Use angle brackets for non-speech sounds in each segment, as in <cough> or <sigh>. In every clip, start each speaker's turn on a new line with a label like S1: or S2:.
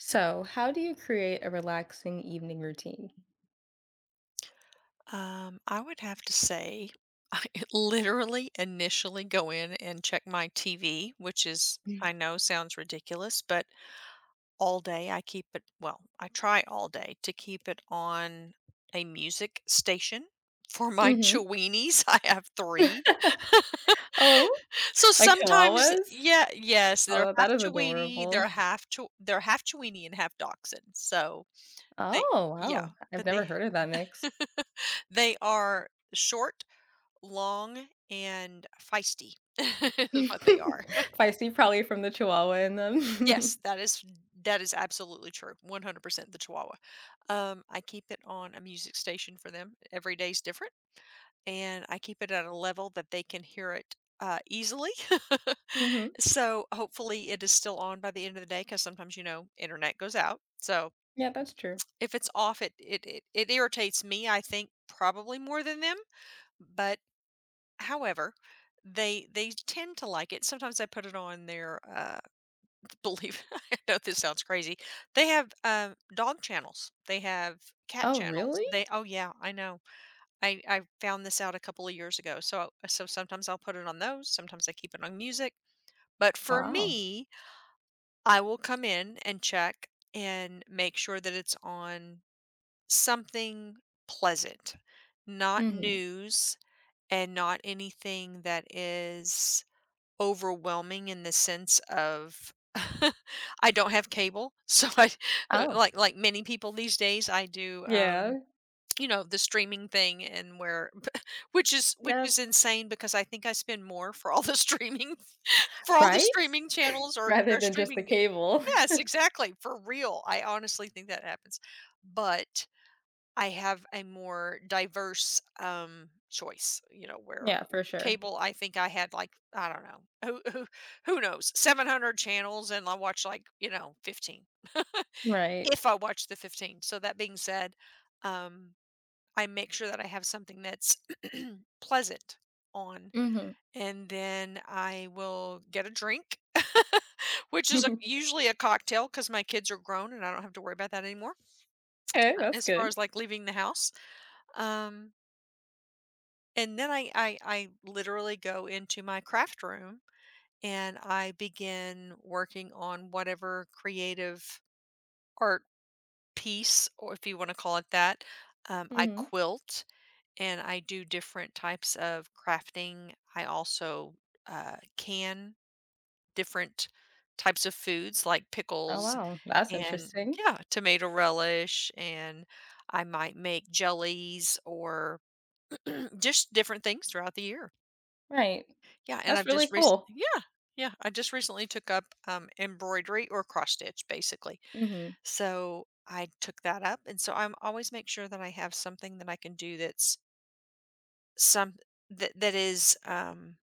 S1: So, how do you create a relaxing evening routine?
S2: I would have to say <laughs> I literally initially go in and check my TV, which, is
S1: Mm.
S2: I know, sounds ridiculous, but all day I keep it — well, I try all day to keep it on a music station for my
S1: Hmm.
S2: Cheweenies. <laughs> I have 3. <laughs>
S1: <laughs> Oh,
S2: So
S1: like
S2: sometimes,
S1: chihuahuas?
S2: yeah, yes, they're
S1: Oh,
S2: half
S1: that is
S2: Chewenie,
S1: adorable.
S2: they're half Chewenie and half Dachshund. So they
S1: Oh,
S2: yeah,
S1: wow. I've
S2: but they
S1: never heard of that mix.
S2: <laughs> they are short, long, and feisty <laughs> is what they
S1: <laughs>
S2: are.
S1: Feisty, probably from the chihuahua in them.
S2: Yes, that is absolutely true. 100% the Chihuahua. I keep it on a music station for them. Every day's different, and I keep it at a level that they can hear it, easily. <laughs>
S1: <laughs> Hmm.
S2: So hopefully it is still on by the end of the day because sometimes, internet goes out. So
S1: Yeah, that's true.
S2: if it's off, it irritates me. I think probably more than them, but... However, they tend to like it. Sometimes I put it on their, <laughs> believe, <laughs> I know this sounds crazy. They have dog channels. They have cat
S1: Oh,
S2: channels.
S1: really?
S2: They Oh yeah, I know. I found this out a couple of years ago. So sometimes I'll put it on those, sometimes I keep it on music. But for
S1: Wow.
S2: me, I will come in and check and make sure that it's on something pleasant, not
S1: Hmm.
S2: news and not anything that is overwhelming, in the sense of... <laughs> I don't have cable, so I <laughs>
S1: Oh,
S2: like many people these days, I do,
S1: yeah.
S2: you know, the streaming thing. And where <laughs> which is which
S1: Yeah.
S2: is insane because I think I spend more for all the <laughs> streaming, for all the
S1: Right?
S2: streaming channels, or
S1: Rather
S2: or
S1: than just the
S2: streaming...
S1: cable. <laughs>
S2: Yes, exactly, for real, I honestly think that happens, but I have a more diverse, choice. You know, where
S1: Yeah,
S2: w
S1: for sure.
S2: cable, I think I had, like, I don't know, who knows, 700 channels, and I watch, like, you know, 15. <laughs>
S1: Right.
S2: If I watch the 15. So, that being said, um, I make sure that I have something that's <clears throat> pleasant on,
S1: Mhm.
S2: and then I will get a drink, <laughs> which is a
S1: <laughs>
S2: usually a cocktail because my kids are grown, and I don't have to worry about that anymore,
S1: Okay, that's
S2: as far
S1: good.
S2: as, like, leaving the house. Um And then I literally go into my craft room and I begin working on whatever creative art piece, or if you want to call it that. I
S1: Mhm.
S2: quilt and I do different types of crafting. I also, can different types of foods like
S1: Oh,
S2: pickles
S1: wow. That's
S2: and,
S1: interesting.
S2: yeah, tomato relish, and I might make jellies or <clears throat> just different things throughout the year.
S1: Right.
S2: Yeah, and
S1: That's
S2: I've
S1: really
S2: just rec
S1: cool.
S2: yeah, yeah, I just recently took up, embroidery or cross stitch, basically.
S1: Mhm.
S2: So, I took that up, and so I'm always make sure that I have something that I can do that's some that is,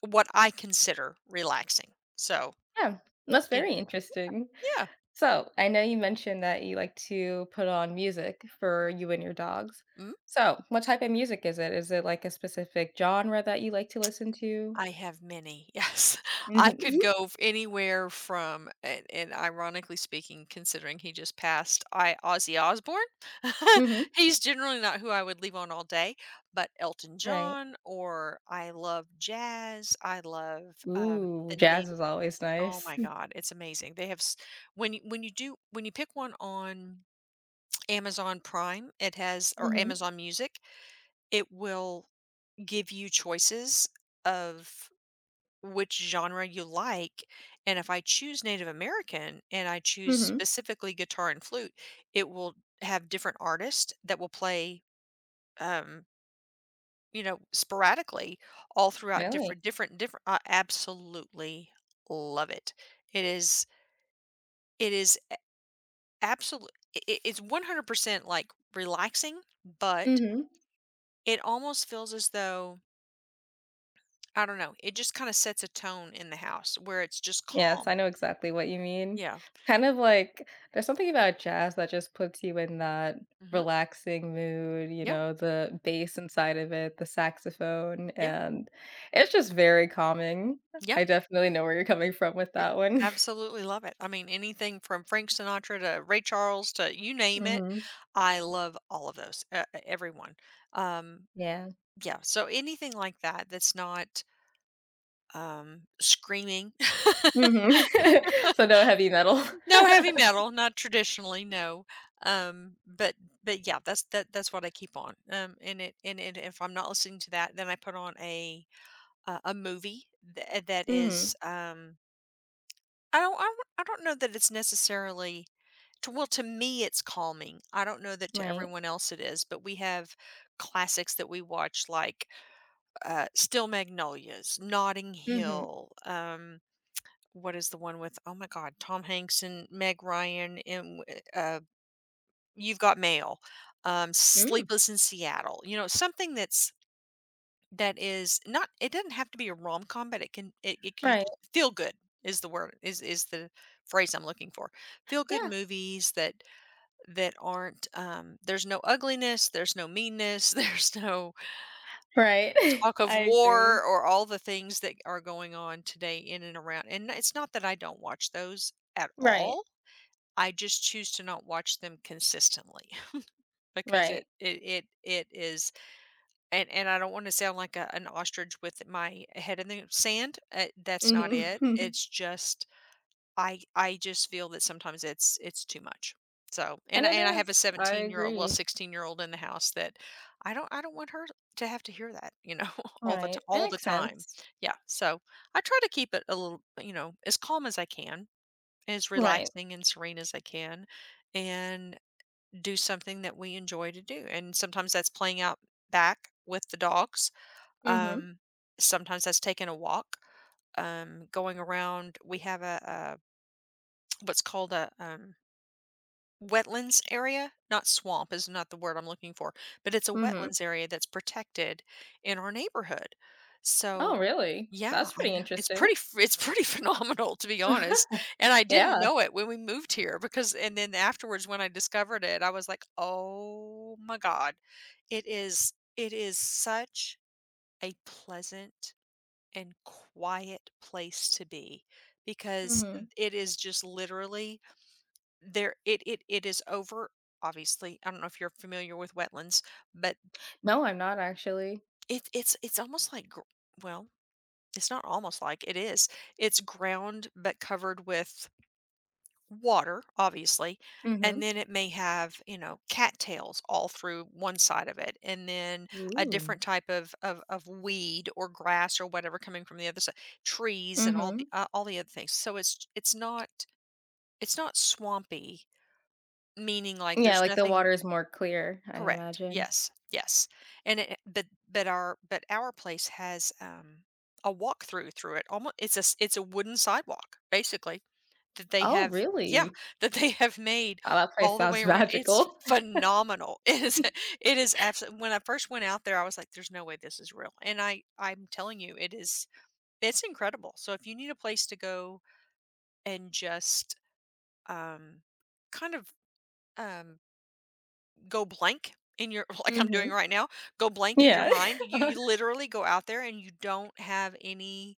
S2: what I consider relaxing. So,
S1: Yeah, that's
S2: you know.
S1: very interesting.
S2: Yeah.
S1: So, I know you mentioned that you like to put on music for you and your dogs.
S2: Mhm.
S1: So, what type of music is it? Is it like a specific genre that you like to listen to?
S2: I have many, <laughs> yes. I
S1: Mhm.
S2: could
S1: Mhm.
S2: go f anywhere from... And ironically speaking, considering he just passed, I Ozzy Osbourne? <laughs>
S1: <laughs>
S2: He's generally not who I would leave on all day, but Elton
S1: Right.
S2: John, or I love jazz, I love,
S1: Ooh,
S2: the nat
S1: jazz is always
S2: oh
S1: nice.
S2: my
S1: <laughs>
S2: god, it's amazing. They have s when you do when you pick one on Amazon Prime, it has... or
S1: Mhm.
S2: Amazon Music, it will give you choices of which genre you like, and if I choose Native American and I choose
S1: Mhm.
S2: specifically guitar and flute, it will have different artists that will play, um, you know, sporadically all throughout...
S1: Really?
S2: different I absolutely love it. It is it is absolutely. It's 100% like relaxing, but
S1: Mhm.
S2: it almost feels as though, I don't know, it just kinda sets a tone in the house where it's just
S1: Yes, I
S2: calm.
S1: know exactly what you mean.
S2: Yeah.
S1: Kind of like there's something about jazz that just puts you in that
S2: Mhm.
S1: relaxing mood,
S2: Yeah.
S1: the bass inside of it, the saxophone,
S2: Yeah.
S1: and it's just very calming.
S2: Yeah.
S1: I definitely know where you're coming from with
S2: Yeah,
S1: that one.
S2: absolutely love it. I mean, anything from Frank Sinatra to Ray Charles to, you
S1: <laughs>
S2: name it,
S1: Mhm.
S2: I love all of those. Everyone. Um,
S1: Yeah.
S2: yeah. So anything like that that's not, screaming.
S1: Mhm. <laughs> So no heavy metal. <laughs>
S2: <laughs> No heavy metal, not traditionally. No. Um, but but yeah, that's that's what I keep on. And if I'm not listening to that, then I put on a movie that is.
S1: Mhm.
S2: I don't know that it's necessarily... To well, to me, it's calming. I don't know that to
S1: Right.
S2: everyone else it is, but we have classics that we watch, like, Still Magnolias, Notting
S1: Mhm.
S2: Hill, what is the one with, oh my god, Tom Hanks and Meg Ryan and w You've Got Mail,
S1: Mm.
S2: Sleepless in Seattle, you know, something that's, that is not it doesn't have to be a rom-com, but it can it it could
S1: Right.
S2: just feel good is the word, is the phrase I'm looking for. Feel good
S1: Yeah.
S2: movies that aren't, there's no ugliness, there's no meanness, <laughs> there's no
S1: Right.
S2: talk
S1: <laughs>
S2: of
S1: I agree.
S2: war or all the things that are going on today in and around. And it's not that I don't watch those at
S1: Right.
S2: all. I just choose to not watch them consistently. <laughs> Because it
S1: Right.
S2: it it, it is... and I don't want to sound like an ostrich with my head in the sand. That's
S1: Mhm.
S2: not it.
S1: <laughs>
S2: It's just, I just feel that sometimes it's too much. So,
S1: And it
S2: and I have a
S1: is. I
S2: 17-year-old — well,
S1: agree.
S2: 16-year-old — in the house that I don't want her to have to hear that, you know, <laughs>
S1: Right. That
S2: all the
S1: makes
S2: time.
S1: sense.
S2: Yeah. So, I try to keep it a little, you know, as calm as I can, as
S1: Right.
S2: relaxing and serene as I can, and do something that we enjoy to do. And sometimes that's playing out back with the dogs.
S1: Mhm.
S2: Um Sometimes that's taking a walk, going around. We have what's called a, wetlands area. Not... swamp is not the word I'm looking for, but it's a
S1: Mhm.
S2: wetlands area that's protected in our neighborhood.
S1: Oh,
S2: So,
S1: really?
S2: yeah,
S1: That's
S2: I
S1: pretty
S2: know
S1: interesting.
S2: it's pretty <laughs> phenomenal, to be honest. And
S1: <laughs>
S2: I didn't
S1: Yeah.
S2: know it when we moved here, because and then afterwards when I discovered it, I was like, "Oh my god. It is such a pleasant and quiet place to be because
S1: Mhm.
S2: it is just literally there, it is over... obviously, I don't know if you're familiar with wetlands, but
S1: No, I'm not actually.
S2: it's almost like gr well, it's not almost like, it is. It's ground, but covered with water, obviously, and
S1: Mhm.
S2: then it may have, you know, cattails all through one side of it, and then a
S1: Ooh.
S2: different type of weed or grass or whatever coming from the other side, trees and
S1: Mhm.
S2: all the other things. So it's not swampy, meaning, like,
S1: Yeah,
S2: there's
S1: like, the
S2: nothing...
S1: water is more clear, I
S2: Correct.
S1: imagine.
S2: Yes. Yes. And it, but our place has a walkthrough through it. Almost, it's a wooden sidewalk, basically, that they
S1: Oh,
S2: have yeah,
S1: really?
S2: <laughs> that they have made
S1: Wow, that place
S2: all the way
S1: sounds
S2: around. It's
S1: magical.
S2: phenomenal. <laughs> It is
S1: <laughs>
S2: absolutely. When I first went out there, I was like, "There's no way this is real," and I'm telling you, it is. It's incredible. So if you need a place to go and just um kind of, um go blank in your <laughs> like I'm doing
S1: Mhm.
S2: right now, go blank in your
S1: Yeah.
S2: mind. You
S1: <laughs>
S2: literally go out there and you don't have any...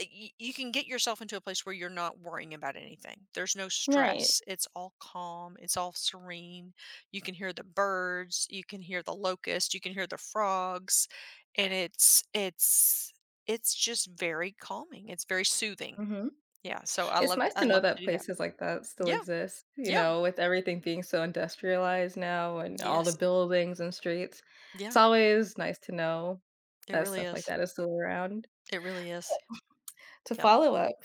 S2: uh, you can get yourself into a place where you're not worrying about anything. There's no
S1: Right.
S2: stress. It's all calm. It's all serene. You can hear the birds, you can hear the locust, you can hear the frogs, and it's just very calming. It's very soothing.
S1: Mhm.
S2: Yeah, so
S1: It's nice
S2: I
S1: to know
S2: love to
S1: that
S2: do that.
S1: places like that still
S2: Yeah.
S1: exist,
S2: Yeah.
S1: with everything being so industrialized now and all the
S2: Yes.
S1: buildings and streets. It's
S2: Yeah.
S1: always nice to know
S2: It
S1: that
S2: really
S1: stuff like
S2: is.
S1: that is still around.
S2: It really is.
S1: To
S2: Yeah.
S1: follow up,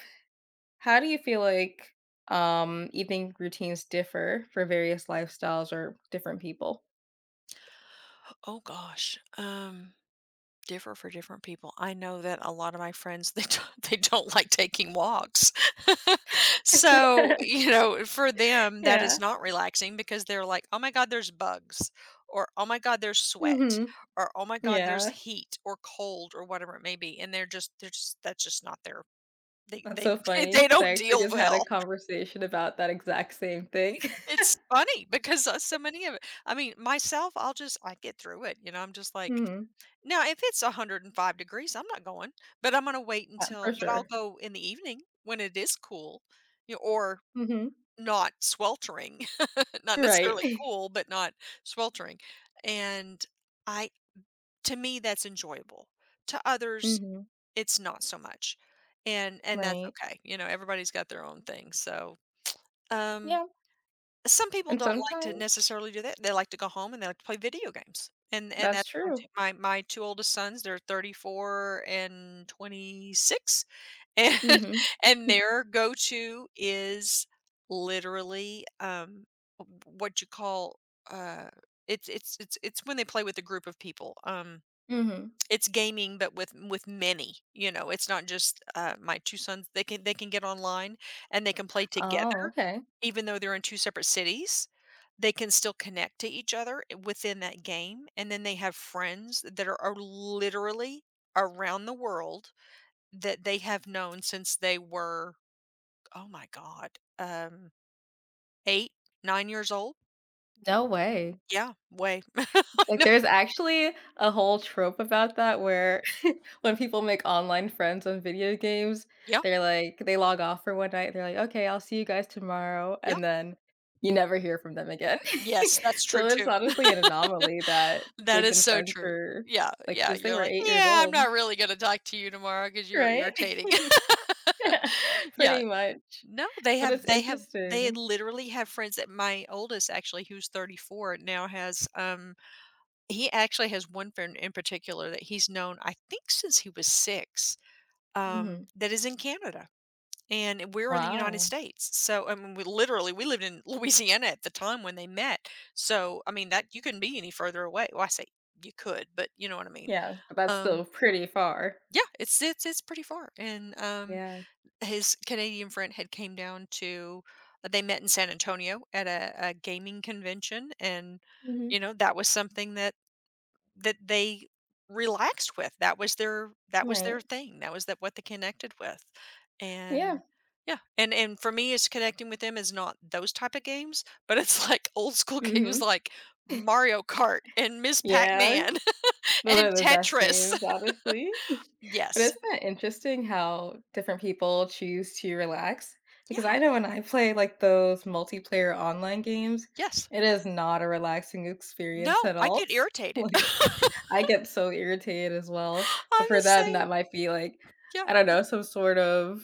S1: how do you feel like, evening routines differ for various lifestyles or different people?
S2: Oh gosh, differ for different people. I know that a lot of my friends, they don't, <laughs> they don't like taking walks. <laughs> So
S1: <laughs>
S2: you know, for them that is
S1: Yeah.
S2: not relaxing because they're like, "Oh my god, there's bugs," or "Oh my god, there's sweat,"
S1: Mhm.
S2: or "Oh my god, there's
S1: Yeah.
S2: heat or cold," or whatever it may be, and they're just that's just not their...
S1: That's
S2: they
S1: so
S2: <laughs>
S1: funny
S2: they
S1: because I
S2: don't
S1: actually
S2: deal
S1: just had a
S2: well.
S1: conversation about that exact same thing. <laughs>
S2: It's funny because, so many of it. I mean, myself, I get through it. You know, I'm just like...
S1: Mhm.
S2: Now, if it's 105 degrees, I'm not going, but I'm gonna wait
S1: Yeah,
S2: until
S1: for
S2: but I'll
S1: sure.
S2: go in the evening when it is cool, you know, or
S1: Mhm.
S2: not sweltering, <laughs> not
S1: Right.
S2: necessarily
S1: <laughs>
S2: cool, but not sweltering, and I to me, that's enjoyable. To others,
S1: Mhm.
S2: it's not so much, and that's
S1: Right.
S2: okay, you know, everybody's got their own thing, so, um
S1: Yeah,
S2: some people
S1: and
S2: don't like to
S1: sometimes
S2: necessarily do that. They like to go home and they like to play video games. And
S1: that's
S2: that's my
S1: true.
S2: two, my, my two oldest sons. They're 34 and 26, and <laughs>
S1: Mhm.
S2: and their go-to is literally what you call uh, it's when they play with a group of people.
S1: Mhm.
S2: It's gaming, but with many, you know, it's not just, my 2 sons, they can get online and they can play
S1: Oh,
S2: together,
S1: okay.
S2: even though they're in 2 separate cities, they can still connect to each other within that game, and then they have friends that are literally around the world that they have known since they were, oh my god, 8, 9 years old?
S1: No way.
S2: Yeah, way. <laughs> I
S1: Like,
S2: know.
S1: there's actually a whole trope about that where <laughs> when people make online friends on video games,
S2: Yeah,
S1: they're like they log off for one night, they're like, "Okay, I'll see you guys tomorrow,"
S2: yeah.
S1: and then you never hear from them again. <laughs>
S2: Yes, that's true
S1: So it's
S2: too.
S1: honestly an anomaly that
S2: That
S1: they've
S2: is
S1: been
S2: so
S1: friends
S2: true.
S1: for,
S2: Yeah,
S1: like,
S2: yeah,
S1: since they
S2: you're
S1: were
S2: like,
S1: 8 years
S2: "Yeah, I'm
S1: old,
S2: not really gonna talk to you tomorrow because 'cause you're
S1: right?
S2: irritating." <laughs>
S1: <laughs>
S2: Yeah.
S1: Pretty much.
S2: No,
S1: But it's
S2: they
S1: interesting.
S2: literally have friends that my oldest actually, who's 34 now has, he actually has one friend in particular that he's known, I think since he was 6,
S1: Mhm.
S2: that is in Canada, and we're in the United
S1: Wow.
S2: States. So, I mean, we lived in <laughs> Louisiana at the time when they met. So, I mean, that you couldn't be any further away. Well, I say you could, but you know what I mean.
S1: Yeah, but that's
S2: Um,
S1: still pretty far.
S2: yeah, it's it's pretty far, and
S1: Yeah.
S2: his Canadian friend had came down to. They met in San Antonio at a gaming convention, and
S1: Mhm.
S2: you know that was something that they relaxed with. That was their
S1: Right.
S2: thing. That was that what they connected with,
S1: Yeah.
S2: and yeah, and for me, it's connecting with them is not those type of games, but it's <laughs> like old school games
S1: Mhm.
S2: like Mario Kart and Ms. Pac
S1: Yeah,
S2: Man <laughs>
S1: those are
S2: and
S1: the best
S2: Tetris.
S1: games,
S2: <laughs>
S1: honestly. <laughs> But
S2: Yes.
S1: isn't that interesting how different people choose to relax? Because
S2: Yeah.
S1: I know when I play, like, those multiplayer online games,
S2: Yes.
S1: it is not a relaxing experience
S2: No,
S1: at
S2: I
S1: all.
S2: get
S1: <laughs>
S2: irritated. <laughs>
S1: Like, I get so irritated as well, but
S2: I'm
S1: for
S2: the
S1: them, that
S2: same.
S1: might be like,
S2: Yeah,
S1: I don't
S2: uh,
S1: know, some sort of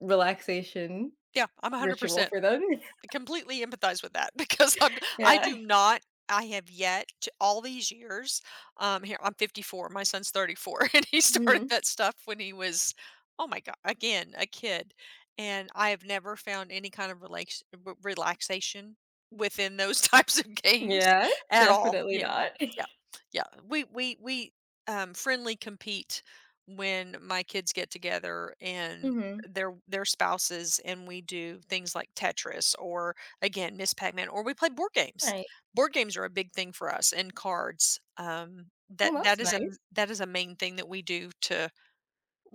S1: relaxation
S2: yeah, I'm
S1: ritual
S2: 100%.
S1: for them. <laughs>
S2: Completely empathize with that <laughs> because I
S1: Yeah.
S2: do not, I have yet to all these years, here, I'm 54, my son's 34, <laughs> and he started
S1: Mhm.
S2: that stuff when he was, oh my god, again, a kid, and I have never found any kind of relaxation within those <laughs> types of games
S1: Yeah,
S2: at all.
S1: definitely
S2: Yeah,
S1: not. <laughs>
S2: yeah, yeah. We friendly compete when my kids get together and
S1: Mhm.
S2: their spouses and we do things like Tetris or again Miss Pac-Man or we play board games.
S1: Right.
S2: Board games are a big thing for us and cards.
S1: Well, that's nice.
S2: That is a main thing that we do to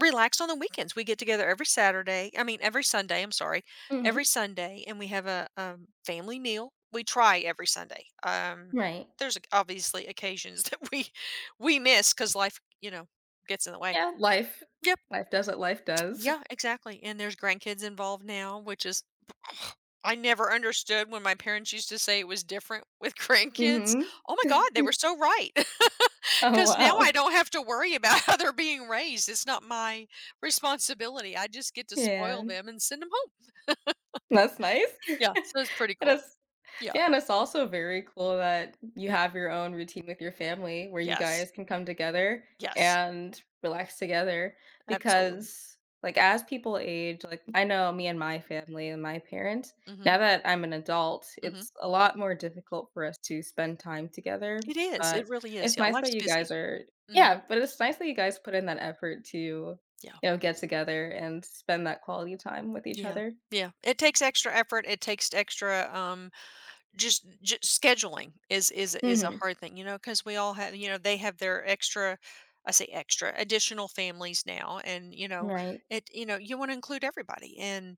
S2: relax on the weekends. We get together every Saturday. I mean every Sunday. I'm sorry, every
S1: Mhm.
S2: Sunday, and we have a family meal. We try every Sunday.
S1: Right.
S2: There's obviously occasions <laughs> that we miss because life gets in the way.
S1: Yeah, life
S2: Yeah,
S1: life does what life does.
S2: yeah, exactly, and there's grandkids involved now, which is <sighs> I never understood when my parents used to say it was different with <laughs> grandkids.
S1: Mhm.
S2: Oh my god, they were
S1: <laughs>
S2: so right <laughs> because
S1: Oh,
S2: now I
S1: wow.
S2: don't have to worry about how they're being raised, it's not my responsibility, I just get to spoil
S1: Yeah,
S2: them and send them home.
S1: that's nice.
S2: Yeah, so it's pretty
S1: <laughs>
S2: cool.
S1: That's
S2: Yeah.
S1: Yeah, and it's also very cool that you have your own routine with your family where you
S2: Yes.
S1: guys can come together
S2: Yes.
S1: and relax together
S2: Absolutely.
S1: because like as people age, like I know me and my family and my parents,
S2: Mhm.
S1: now that I'm an adult,
S2: Mhm.
S1: it's a lot more difficult for us to spend time together,
S2: It is,
S1: but
S2: it really is,
S1: it's
S2: yeah,
S1: nice that
S2: life's
S1: you guys
S2: busy.
S1: are
S2: Mhm.
S1: yeah, but it's nice that you guys put in that effort to,
S2: Yeah.
S1: get together and spend that quality time with each
S2: Yeah.
S1: other.
S2: Yeah. It takes extra effort, it takes extra, just scheduling is a
S1: Mhm.
S2: hard thing, you know, because we all have, they have their extra I say extra, additional families now, and, you know,
S1: Right.
S2: you wanna include everybody, and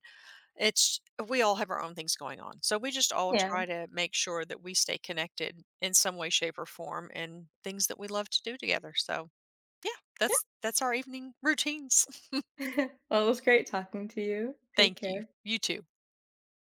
S2: it's we all have our own things going on. So, we just all
S1: Yeah.
S2: try to make sure that we stay connected in some way, shape, or form and things that we love to do together. So, yeah, that's our evening routines. <laughs>
S1: <laughs> Well, it was great talking to you. Take
S2: Thank you.
S1: care.
S2: You too.